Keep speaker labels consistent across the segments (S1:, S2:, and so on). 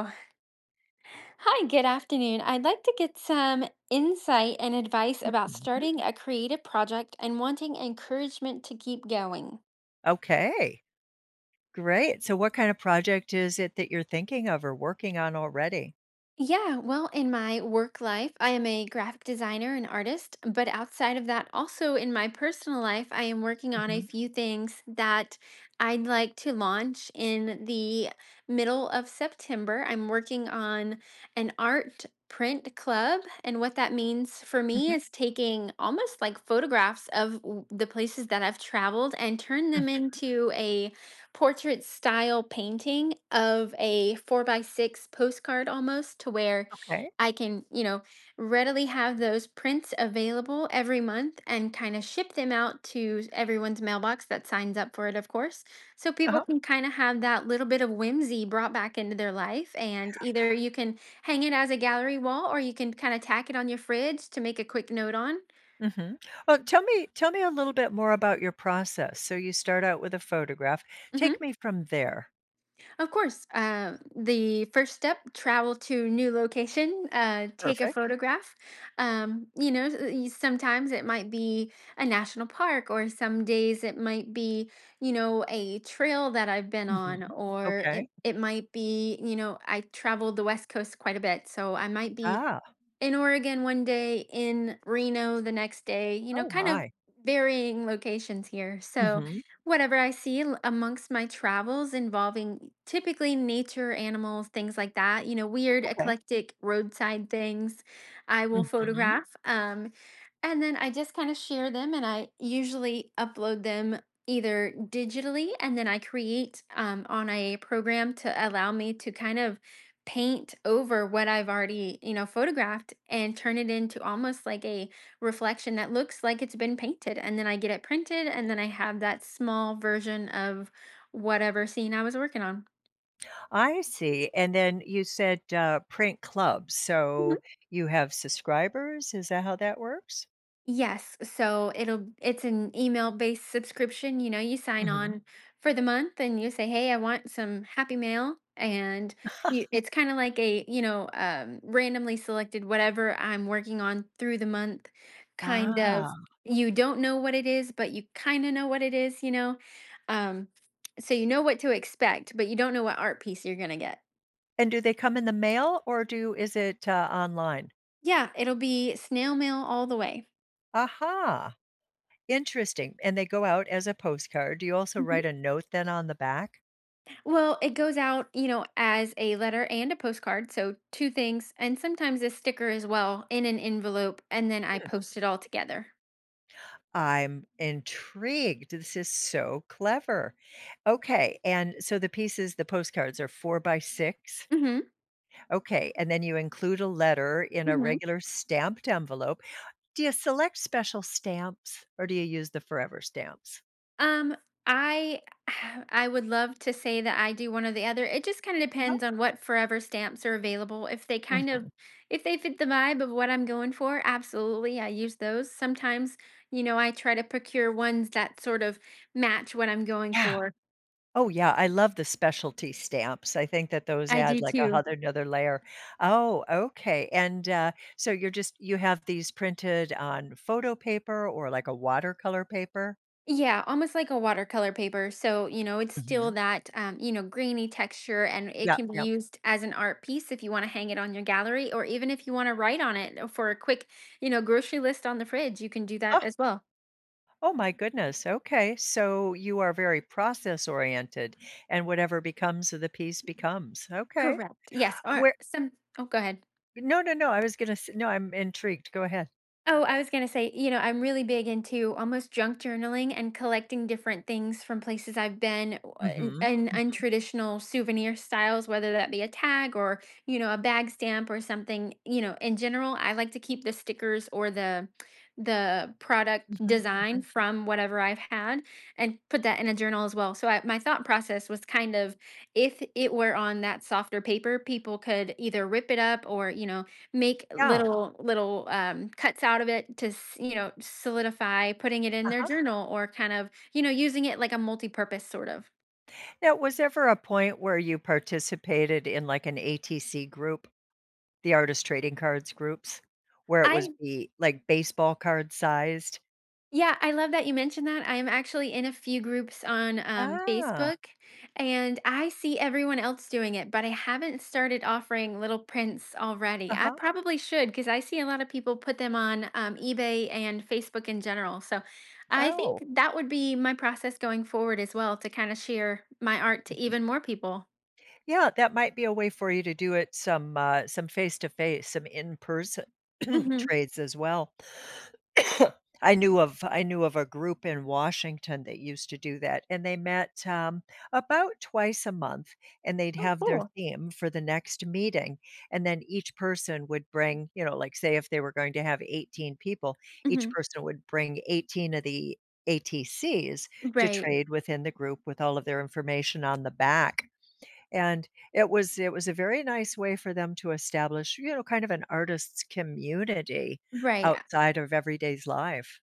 S1: Oh, hi, good afternoon. I'd like to get some insight and advice about
S2: Mhm.
S1: starting a creative project and wanting encouragement to keep going.
S2: Okay, great. So what kind of project is it that you're thinking of or working on already?
S1: Yeah, well, in my work life, I am a graphic designer and artist, but outside of that, also in my personal life, I am working on a
S2: Mhm,
S1: few things that I'd like to launch in the middle of September. I'm working on an art print club, and what that means for me
S2: mhm.
S1: is taking almost like photographs of the places that I've traveled and turn
S2: Mm,
S1: them into a portrait style painting of a 4 by 6 postcard, almost to where
S2: okay.
S1: I can, you know, readily have those prints available every month and kind of ship them out to everyone's mailbox that signs up for it, of course. So people
S2: Uh-huh.
S1: can kind of have that little bit of whimsy brought back into their life. And either you can hang it as a gallery wall or you can kind of tack it on your fridge to make a quick note on.
S2: Mhm. Well, tell me a little bit more about your process. So you start out with a photograph.
S1: Mm-hmm.
S2: Take me from there.
S1: Of course. The first step: travel to new location, take a
S2: Perfect.
S1: photograph. You know, sometimes it might be a national park, or some days it might be, you know, a trail that I've been
S2: Mhm.
S1: on, or
S2: Okay.
S1: it might be, you know, I traveled the West Coast quite a bit, so I might be
S2: Ah.
S1: in Oregon one day, in Reno the next day, you know,
S2: Oh
S1: kind of
S2: my.
S1: varying locations here. So,
S2: Mhm.
S1: whatever I see amongst my travels involving typically nature, animals, things like that, you know, weird,
S2: Okay.
S1: eclectic roadside things, I will
S2: Mhm.
S1: photograph. And then I just kind of share them, and I usually upload them either digitally and then I create on a program to allow me to kind of paint over what I've already, you know, photographed and turn it into almost like a reflection that looks like it's been painted. And then I get it printed and then I have that small version of whatever scene I was working on.
S2: I see. And then you said, print clubs. So
S1: Mhm.
S2: you have subscribers? Is that how that works?
S1: Yes, so it's an email-based subscription, you know, you sign
S2: Mhm.
S1: on for the month and you say, "Hey, I want some Happy Mail." And you it's kind of like a, you know, randomly selected whatever I'm working on through the month, kind, mhm, of,
S2: Ah.
S1: you don't know what it is, but you kind of know what it is, you know. Um, so you know what to expect, but you don't know what art piece you're going to get.
S2: And do they come in the mail or do is it, online?
S1: Yeah, it'll be snail mail all the way.
S2: Aha, interesting, and they go out as a postcard. Do you also write a note then on the back?
S1: Well, it goes out, you know, as a letter and a postcard. So two things, and sometimes a sticker as well in an envelope, and then I
S2: Hmm,
S1: post it all together.
S2: I'm intrigued. This is so clever. Okay, and so the postcards are 4 by 6?
S1: Hmm.
S2: Okay, and then you include a letter in a
S1: Hmm.
S2: regular stamped envelope. Do you select special stamps or do you use the forever stamps?
S1: Um, I I would love to say that I do one or the other. It just kind of
S2: Uh-huh.
S1: depends on what forever stamps are available.
S2: Mhm,
S1: If they fit the vibe of what I'm going for, absolutely, I use those. Sometimes, you know, I try to procure ones that sort of match what I'm going
S2: yeah.
S1: for.
S2: Oh, yeah, I love the specialty stamps. I think that those
S1: I
S2: add
S1: do
S2: like a
S1: too.
S2: other another layer. Oh, okay. And, so you have these printed on photo paper or like a watercolor paper?
S1: Yeah, almost like a watercolor paper. So, you know, it's still
S2: Mhm.
S1: that, you know, grainy texture, and it
S2: Yeah,
S1: can be
S2: yeah.
S1: used as an art piece if you want to hang it on your gallery, or even if you want to write on it for a quick, you know, grocery list on the fridge, you can do
S2: Oh,
S1: that as well.
S2: oh my goodness, okay. So you are very process oriented, and whatever becomes of the piece becomes. Okay.
S1: Correct. Yes. Or
S2: Where
S1: some, oh, go ahead.
S2: No, I was gonna s no, I'm intrigued. Go ahead.
S1: Oh, I was going to say, you know, I'm really big into almost junk journaling and collecting different things from places I've been, and
S2: Mhm,
S1: and
S2: mhm,
S1: untraditional souvenir styles, whether that be a tag or, you know, a bag stamp or something. You know, in general, I like to keep the stickers or the product
S2: mhm, mhm.
S1: design from whatever I've had and put that in a journal as well. So I, my thought process was kind of, if it were on that softer paper, people could either rip it up or, you know, make
S2: Yeah,
S1: little cuts out of it to you know, solidify putting it in their
S2: uh
S1: journal, or kind of, you know, using it like a multi-purpose sort of.
S2: now, was there ever a point where you participated in like an ATC group, the artist trading cards groups, where it was
S1: I
S2: be like baseball card sized?
S1: Yeah, I love that you mentioned that. I am actually in a few groups on,
S2: Ah,
S1: Facebook, and I see everyone else doing it, but I haven't started offering little prints already. I
S2: uh-huh.
S1: probably should, because I see a lot of people put them on, eBay and Facebook in general. So I
S2: Oh,
S1: think that would be my process going forward as well, to kind of share my art to even more people.
S2: yeah, that might be a way for you to do it some face to face, some in person
S1: Hmm.
S2: trades as well. I knew of a group in Washington that used to do that, and they met, about twice a month, and they'd
S1: Oh,
S2: have their
S1: cool.
S2: theme for the next meeting, and then each person would bring, you know, like, say, if they were going to have 18 people, each
S1: Hmm.
S2: person would bring 18 of the ATCs to
S1: Right,
S2: trade within the group with all of their information on the back. And it was a very nice way for them to establish, you know, kind of an artist's community
S1: right.
S2: outside of everyday's life.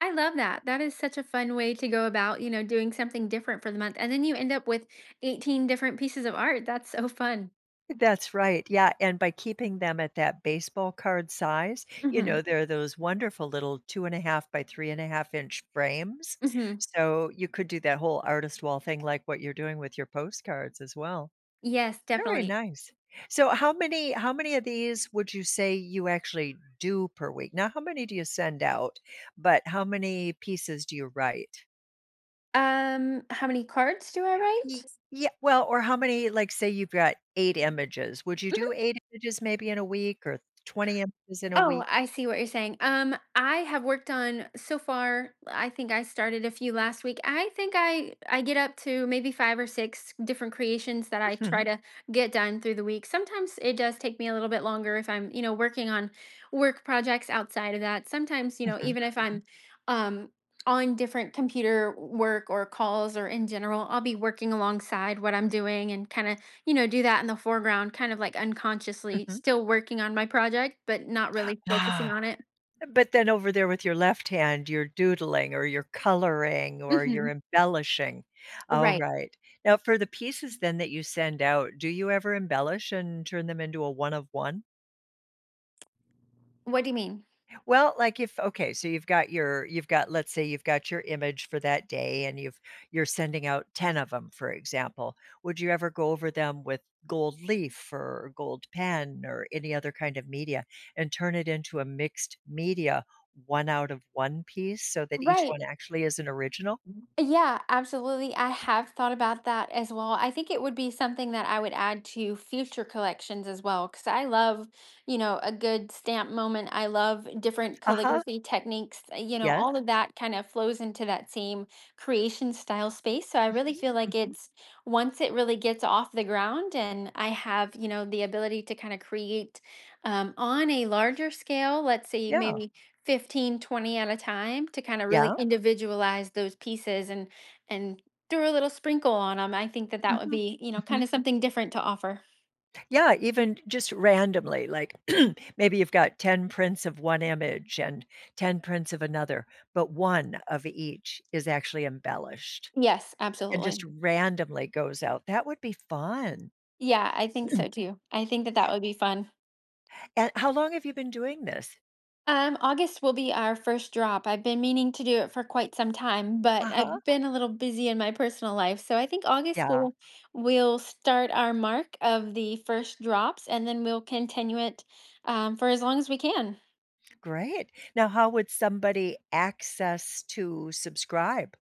S1: I love that. That is such a fun way to go about, you know, doing something different for the month. And then you end up with 18 different pieces of art. That's so fun.
S2: That's right, yeah, and by keeping them at that baseball card size, you
S1: Mhm.
S2: know, they are those wonderful little 2 and a half by 3 and a half inch frames,
S1: Mhm.
S2: so you could do that whole artist wall thing like what you're doing with your postcards as well.
S1: Yes,
S2: Very
S1: definitely.
S2: nice. So how many of these would you say you actually do per week? Now, how many do you send out, but how many pieces do you write?
S1: How many cards do I
S2: Ye
S1: write?
S2: yeah, well, or how many, like, say you've got 8 images, would you do 8 images maybe in a week or 20 images in a week?
S1: Oh, I see what you're saying. I have worked on so far, I think I started a few last week. I think I get up to maybe 5 or 6 different creations that I try
S2: Mhm,
S1: to get done through the week. Sometimes it does take me a little bit longer if I'm, you know, working on work projects outside of that. Sometimes, you know,
S2: mhm,
S1: even if
S2: mhm,
S1: I'm um on different computer work or calls or in general, I'll be working alongside what I'm doing and kind of, you know, do that in the foreground, kind of like unconsciously still working on my project, but not really focusing
S2: mhm.
S1: on it.
S2: But then over there with your left hand, you're doodling or you're coloring or you're
S1: Mhm.
S2: embellishing. All
S1: Right.
S2: right. Now for the pieces then that you send out, do you ever embellish and turn them into a one of one?
S1: What do you mean?
S2: Well, like if okay, so you've got your you've got let's say you've got your image for that day and you're sending out 10 of them, for example. Would you ever go over them with gold leaf or gold pen or any other kind of media and turn it into a mixed media, one out of one piece so that each
S1: Right.
S2: one actually is an original?
S1: Yeah, absolutely. I have thought about that as well. I think it would be something that I would add to future collections as well, because I love, you know, a good stamp moment. I love different
S2: Uh-huh.
S1: calligraphy techniques. You know,
S2: Yes.
S1: all of that kind of flows into that same creation style space. So I really
S2: Mhm.
S1: feel like
S2: Mhm.
S1: it's once it really gets off the ground, and I have, you know, the ability to kind of create on a larger scale, let's say
S2: Yeah.
S1: maybe 15, 20 at a time, to kind of really
S2: Yeah.
S1: individualize those pieces, and and throw a little sprinkle on them. I think that that would
S2: Mhm.
S1: be, you know, kind
S2: Mhm.
S1: of something different to offer.
S2: Yeah, even just randomly, like maybe you've got 10 prints of one image and 10 prints of another, but one of each is actually embellished
S1: Yes,
S2: and just
S1: absolutely.
S2: randomly goes out. That would be fun.
S1: Yeah, I think so too. I think that that would be fun.
S2: And how long have you been doing this?
S1: August will be our first drop. I've been meaning to do it for quite some time, but
S2: Uh-huh.
S1: I've been a little busy in my personal life, so I think August
S2: Yeah,
S1: will start our mark of the first drops, and then we'll continue it for as long as we can.
S2: great. Now, how would somebody access to subscribe?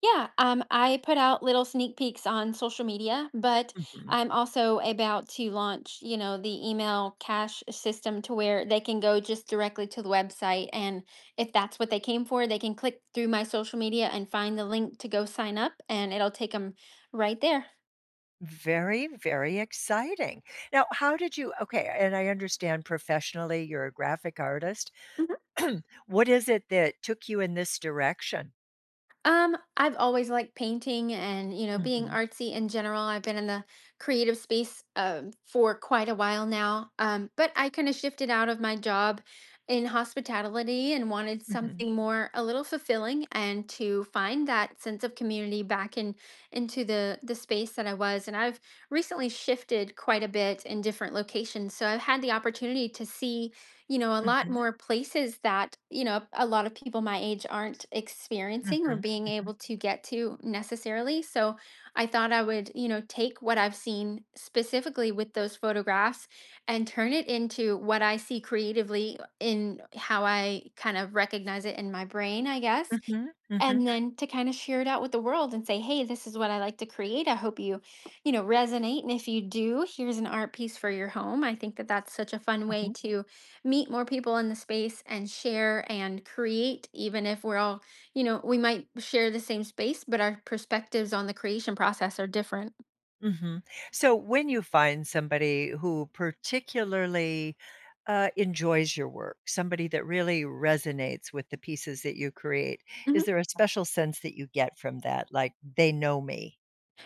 S1: Yeah, I put out little sneak peeks on social media, but
S2: Mhm.
S1: I'm also about to launch, you know, the email cash system to where they can go just directly to the website. And if that's what they came for, they can click through my social media and find the link to go sign up, and it'll take them right there.
S2: Very, very exciting. Now, how did you okay, and I understand professionally you're a graphic artist. What is it that took you in this direction?
S1: I've always liked painting and, you know, being
S2: Mhm,
S1: artsy in general. I've been in the creative space for quite a while now. But I kind of shifted out of my job in hospitality and wanted
S2: mhm,
S1: something more, a little fulfilling, and to find that sense of community back in, into the space that I was. And I've recently shifted quite a bit in different locations. So I've had the opportunity to see, you know, a lot
S2: mhm,
S1: more places that, you know, a lot of people my age aren't experiencing or
S2: mhm,
S1: being
S2: mhm,
S1: able to get to necessarily. So I thought I would, you know, take what I've seen specifically with those photographs and turn it into what I see creatively, in how I kind of recognize it in my brain, I guess,
S2: mhm, mhm,
S1: and then to kind of share it out with the world and say, hey, this is what I like to create, I hope you, you know, resonate, and if you do, here's an art piece for your home. I think that that's such a fun way
S2: mhm,
S1: to meet more people in the space and share and create, even if we're all, you know, we might share the same space, but our perspectives on the creation process are different.
S2: mhm. So when you find somebody who particularly, enjoys your work, somebody that really resonates with the pieces that you create, is
S1: Mm-hmm.
S2: there a special sense that you get from that, like, "They know me?"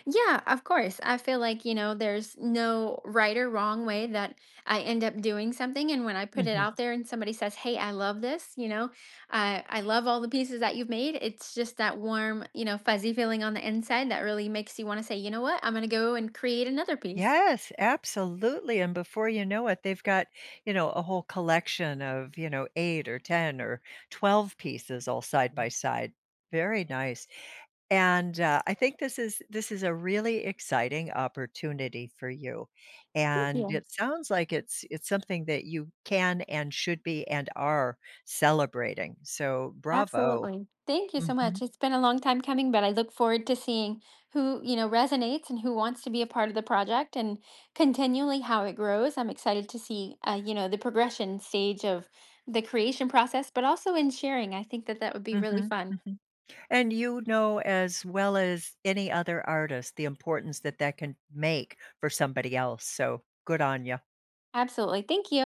S1: Yeah, of course. I feel like, you know, there's no right or wrong way that I end up doing something. And when I put it
S2: Mhm.
S1: out there and somebody says, "Hey, I love this," you know, I love all the pieces that you've made. It's just that warm, you know, fuzzy feeling on the inside that really makes you want to say, you know what, I'm going to go and create another piece.
S2: Yes, absolutely, and before you know it, they've got, you know, a whole collection of, you know, 8 or 10 or 12 pieces all side by side. Very nice, and, I think this is a really exciting opportunity for you,
S1: Thank
S2: and
S1: you.
S2: it sounds like it's something that you can and should be and are celebrating, so bravo.
S1: Absolutely. Thank you so
S2: Mhm.
S1: much. It's been a long time coming, but I look forward to seeing who, you know, resonates and who wants to be a part of the project, and continually how it grows. I'm excited to see, you know, the progression stage of the creation process, but also in sharing. I think that that would be really
S2: Mhm.
S1: fun.
S2: Mhm. And you know as well as any other artist the importance that that can make for somebody else, so good on you.
S1: Absolutely. Thank you.